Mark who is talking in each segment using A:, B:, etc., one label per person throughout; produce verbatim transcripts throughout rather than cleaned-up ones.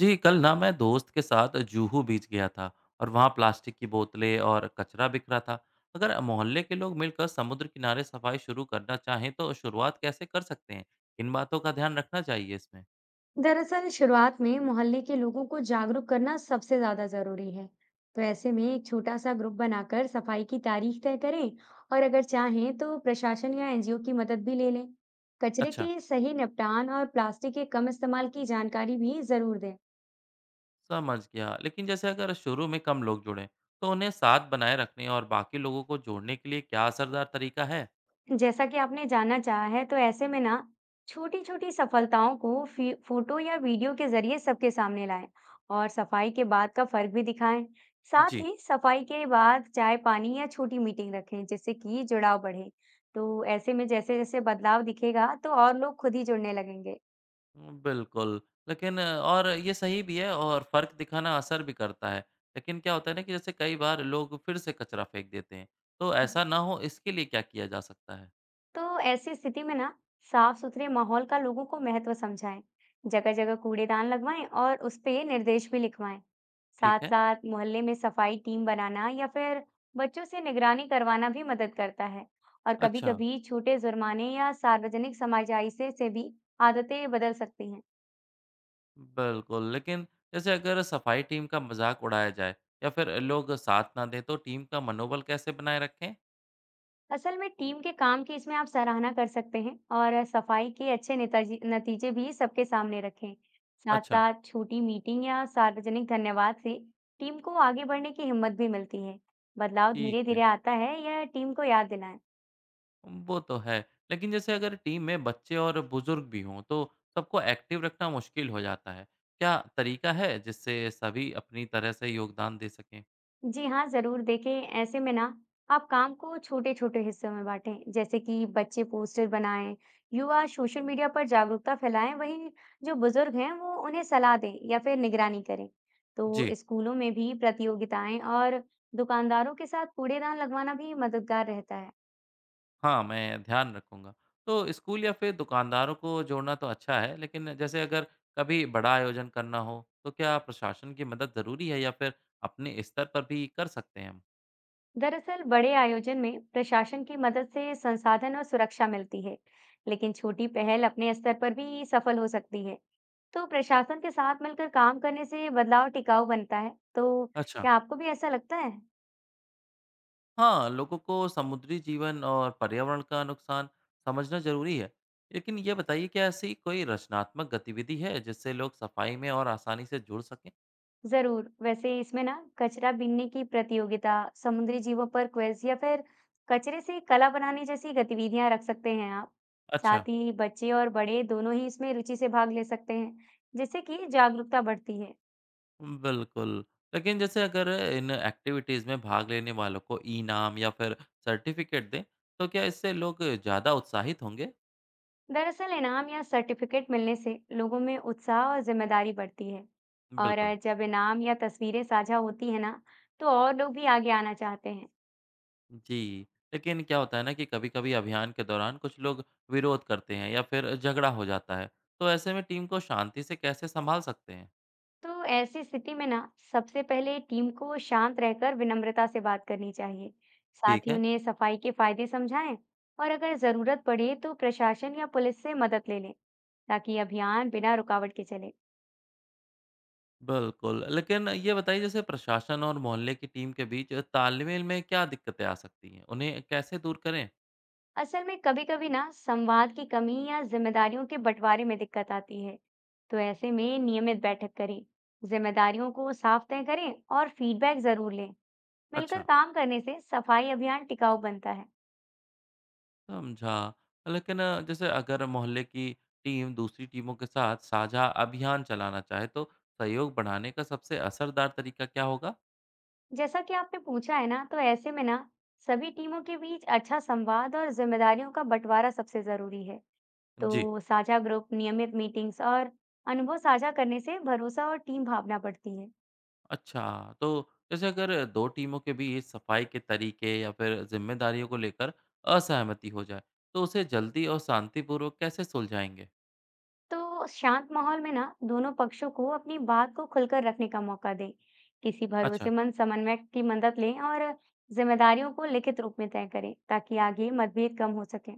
A: जी, कल ना मैं दोस्त के साथ जूहू बीच गया था। और वहाँ प्लास्टिक की बोतलें और कचरा बिखरा था। अगर मोहल्ले के लोग मिलकर समुद्र किनारे सफाई शुरू करना चाहें तो शुरुआत कैसे कर सकते हैं? इन बातों का ध्यान रखना चाहिए इसमें।
B: दरअसल शुरुआत में मोहल्ले के लोगों को जागरूक करना सबसे ज्यादा जरूरी है। तो ऐसे में एक छोटा सा ग्रुप बनाकर सफाई की तारीख तय करें और अगर चाहें तो प्रशासन या एनजीओ की मदद भी ले लें। कचरे
A: अच्छा,
B: के सही निपटान और प्लास्टिक के कम इस्तेमाल की जानकारी भी जरूर दें।
A: समझ गया। लेकिन जैसे अगर शुरू में कम लोग जुड़ें तो उन्हें साथ बनाए रखने और बाकी लोगों को जोड़ने के लिए क्या असरदार तरीका है?
B: जैसा कि आपने जानना चाहा है, तो ऐसे में ना छोटी-छोटी सफलताओं को फी फोटो या वीडियो के जरिए सबके सामने लाएं और सफाई के बाद का फर्क भी दिखाएं। साथ
A: जी।
B: ही सफाई के बाद चाय पानी या छोटी मीटिंग रखें, जिससे कि जुड़ाव बढ़े। तो ऐसे में जैसे-जैसे बदलाव दिखेगा, तो और लोग खुद ही जुड़ने लगेंगे।
A: हुँ, बिल्कुल। लेकिन अ, और ये सही भी है और फ़र्क दिखाना असर भी करता है। लेकिन क्या होता है ना कि जैसे कई बार लोग फिर से कचरा फेंक देते हैं, तो ऐसा ना हो इसके लिए क्या किया जा सकता है?
B: तो ऐसी स्थिति में ना साफ सुथरे माहौल का लोगों को महत्व समझाएं। जगह जगह कूड़ेदान लगवाएं और उस पे निर्देश भी लिखवाएं।
A: ठीक
B: साथ
A: है।
B: साथ मोहल्ले में सफाई टीम बनाना या फिर बच्चों से निगरानी करवाना भी मदद करता है। और कभी
A: अच्छा,
B: कभी छोटे जुर्माने या सार्वजनिक समाजाइसे से भी आदतें बदल सकती हैं।
A: बिल्कुल। लेकिन जैसे अगर सफाई टीम का मज़ाक उड़ाया जाए या फिर लोग साथ ना दें तो टीम का मनोबल कैसे बनाए रखें?
B: असल में टीम के काम की इसमें आप सराहना कर सकते हैं और सफाई के अच्छे नेताजी नतीजे भी सबके सामने रखें। साथ
A: अच्छा,
B: साथ छोटी मीटिंग या सार्वजनिक धन्यवाद से टीम को आगे बढ़ने की हिम्मत भी मिलती है। बदलाव
A: ठीक
B: धीरे धीरे
A: है।
B: आता है, यह टीम को याद दिलाएं।
A: वो तो है। लेकिन जैसे अगर टीम में बच्चे और बुजुर्ग भी हों तो सबको एक्टिव रखना मुश्किल हो जाता है। क्या तरीका है जिससे सभी अपनी तरह से योगदान दे सकें?
B: जी हाँ, ज़रूर देखें, ऐसे में ना आप काम को छोटे-छोटे हिस्सों में बाँटें, जैसे कि बच्चे पोस्टर बनाएँ, युवा सोशल मीडिया पर जागरूकता फैलाएँ, वहीं जो बुज़ुर्ग हैं वो उन्हें सलाह दें या फिर निगरानी करें। तो
A: जी,
B: स्कूलों में भी प्रतियोगिताएं और दुकानदारों के साथ कूड़ेदान लगवाना भी मददगार रहता है।
A: हाँ, मैं ध्यान रखूँगा। तो स्कूल या फिर दुकानदारों को जोड़ना तो अच्छा है, लेकिन जैसे अगर कभी बड़ा आयोजन करना हो तो क्या प्रशासन की मदद ज़रूरी है या फिर अपने स्तर पर भी कर सकते हैं हम?
B: दरअसल बड़े आयोजन में प्रशासन की मदद से संसाधन और सुरक्षा मिलती है, लेकिन छोटी पहल अपने स्तर पर भी सफल हो सकती है। तो प्रशासन के साथ मिलकर काम करने से बदलाव टिकाऊ बनता है। तो
A: अच्छा।
B: क्या आपको भी ऐसा लगता है?
A: हाँ, लोगों को समुद्री जीवन और पर्यावरण का नुकसान समझना ज़रूरी है। लेकिन ये बताइए, क्या ऐसी कोई रचनात्मक गतिविधि है जिससे लोग सफाई में और आसानी से जुड़ सकें?
B: जरूर, वैसे इसमें ना कचरा बीनने की प्रतियोगिता, समुद्री जीवों पर क्विज या फिर कचरे से कला बनाने जैसी गतिविधियां रख सकते हैं आप।
A: अच्छा,
B: साथ ही बच्चे और बड़े दोनों ही इसमें रुचि से भाग ले सकते हैं, जिससे कि जागरूकता बढ़ती है।
A: बिल्कुल। लेकिन जैसे अगर इन एक्टिविटीज़ में भाग लेने वालों को इनाम या फिर सर्टिफ़िकेट दें, तो क्या इससे लोग ज़्यादा उत्साहित होंगे?
B: दरअसल इनाम या सर्टिफिकेट मिलने से लोगों में उत्साह और जिम्मेदारी बढ़ती है। और
A: बिल्कुल।
B: अ, जब इनाम या तस्वीरें साझा होती है ना, तो और लोग भी आगे आना चाहते हैं।
A: जी, लेकिन क्या होता है ना कि कभी-कभी अभियान के दौरान कुछ लोग विरोध करते हैं या फिर झगड़ा हो जाता है। तो ऐसे में टीम को शांति से कैसे सँभाल सकते हैं?
B: तो ऐसी स्थिति में ना सबसे पहले टीम को शांत रहकर विनम्रता से बात करनी चाहिए। साथ
A: ठीक
B: ही
A: है,
B: उन्हें सफाई के फायदे समझाएं और अगर जरूरत पड़े तो प्रशासन या पुलिस से मदद ले लें, ताकि अभियान बिना रुकावट के चले।
A: बिल्कुल। लेकिन ये बताइए, जैसे प्रशासन और मोहल्ले की टीम के बीच तालमेल में क्या दिक्कतें आ सकती हैं? उन्हें कैसे दूर करें?
B: असल में कभी-कभी ना संवाद की कमी या जिम्मेदारियों के बंटवारे में दिक्कत आती है। तो ऐसे में नियमित बैठक करें, जिम्मेदारियों को साफ तय करें और फीडबैक जरूर लें। मिलकर
A: अच्छा,
B: काम करने से सफाई अभियान टिकाऊ बनता है।
A: समझा। लेकिन अ, जैसे अगर मोहल्ले की टीम दूसरी टीमों के साथ साझा अभियान चलाना चाहे तो सहयोग बढ़ाने का सबसे असरदार तरीका क्या होगा?
B: जैसा कि आपने पूछा है ना, तो ऐसे में ना सभी टीमों के बीच अच्छा संवाद और जिम्मेदारियों का बंटवारा सबसे जरूरी है।
A: जी,
B: तो साझा ग्रुप, नियमित मीटिंग्स और अनुभव साझा करने से भरोसा और टीम भावना बढ़ती है।
A: अच्छा। तो जैसे अगर दो टीमों के बीच सफाई के तरीके या फिर ज़िम्मेदारियों को लेकर असहमति हो जाए, तो उसे जल्दी और शांतिपूर्वक कैसे सुलझाएँगे?
B: तो शांत माहौल में ना दोनों पक्षों को अपनी बात को खुलकर रखने का मौका दें। किसी
A: अच्छा।
B: भरोसेमंद समन्वयक की मदद लें और जिम्मेदारियों को लिखित रूप में तय करें, ताकि आगे मतभेद कम हो सके।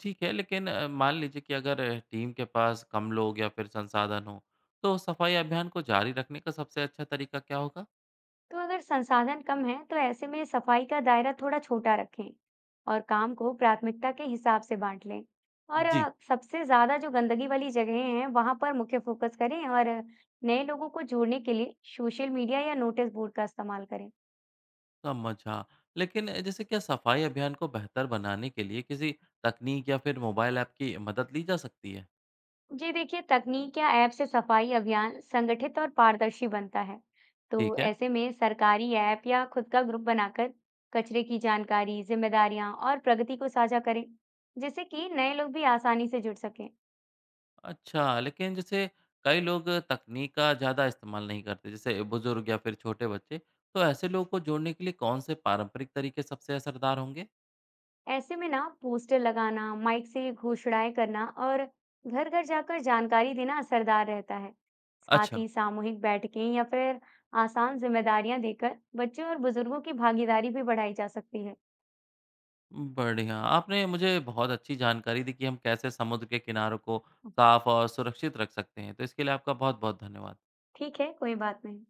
A: ठीक है, लेकिन अ, मान लीजिए कि अगर अ, टीम के पास कम लोग या फिर संसाधन हो, तो सफाई अभियान को जारी रखने का सबसे अच्छा तरीका क्या होगा?
B: तो अगर संसाधन कम है तो ऐसे में सफाई का दायरा थोड़ा छोटा रखें और काम को प्राथमिकता के हिसाब से बांट लें। और
A: जी,
B: अ, सबसे ज्यादा जो गंदगी वाली जगहें हैं वहां पर मुख्य फोकस करें। और अ, नए लोगों को जोड़ने के लिए सोशल मीडिया या नोटिस बोर्ड का इस्तेमाल करें।
A: समझा। लेकिन अ, जैसे क्या सफाई अभियान को बेहतर बनाने के लिए किसी तकनीक या फिर मोबाइल ऐप की मदद ली जा सकती है?
B: जी देखिए, तकनीक या ऐप से सफाई अभियान संगठित और पारदर्शी बनता है। तो
A: ठीक है।
B: ऐसे में सरकारी ऐप या खुद का ग्रुप बनाकर कचरे की जानकारी, जिम्मेदारियां और प्रगति को साझा करें, जिससे कि नए लोग भी आसानी से जुड़ सकें।
A: अच्छा, लेकिन जैसे कई लोग तकनीक का ज़्यादा इस्तेमाल नहीं करते, जैसे बुजुर्ग या फिर छोटे बच्चे, तो ऐसे लोगों को जोड़ने के लिए कौन से पारंपरिक तरीके सबसे असरदार होंगे?
B: ऐसे में ना पोस्टर लगाना, माइक से घोषणाएं करना और घर घर जाकर जानकारी देना असरदार रहता है। साथ
A: अच्छा।
B: ही सामूहिक बैठकें या फिर आसान जिम्मेदारियां देकर बच्चों और बुजुर्गों की भागीदारी भी बढ़ाई जा सकती है।
A: बढ़िया। आपने मुझे बहुत अच्छी जानकारी दी कि हम कैसे समुद्र के किनारों को साफ और सुरक्षित रख सकते हैं। तो इसके लिए आपका बहुत-बहुत धन्यवाद।
B: ठीक है, कोई बात नहीं।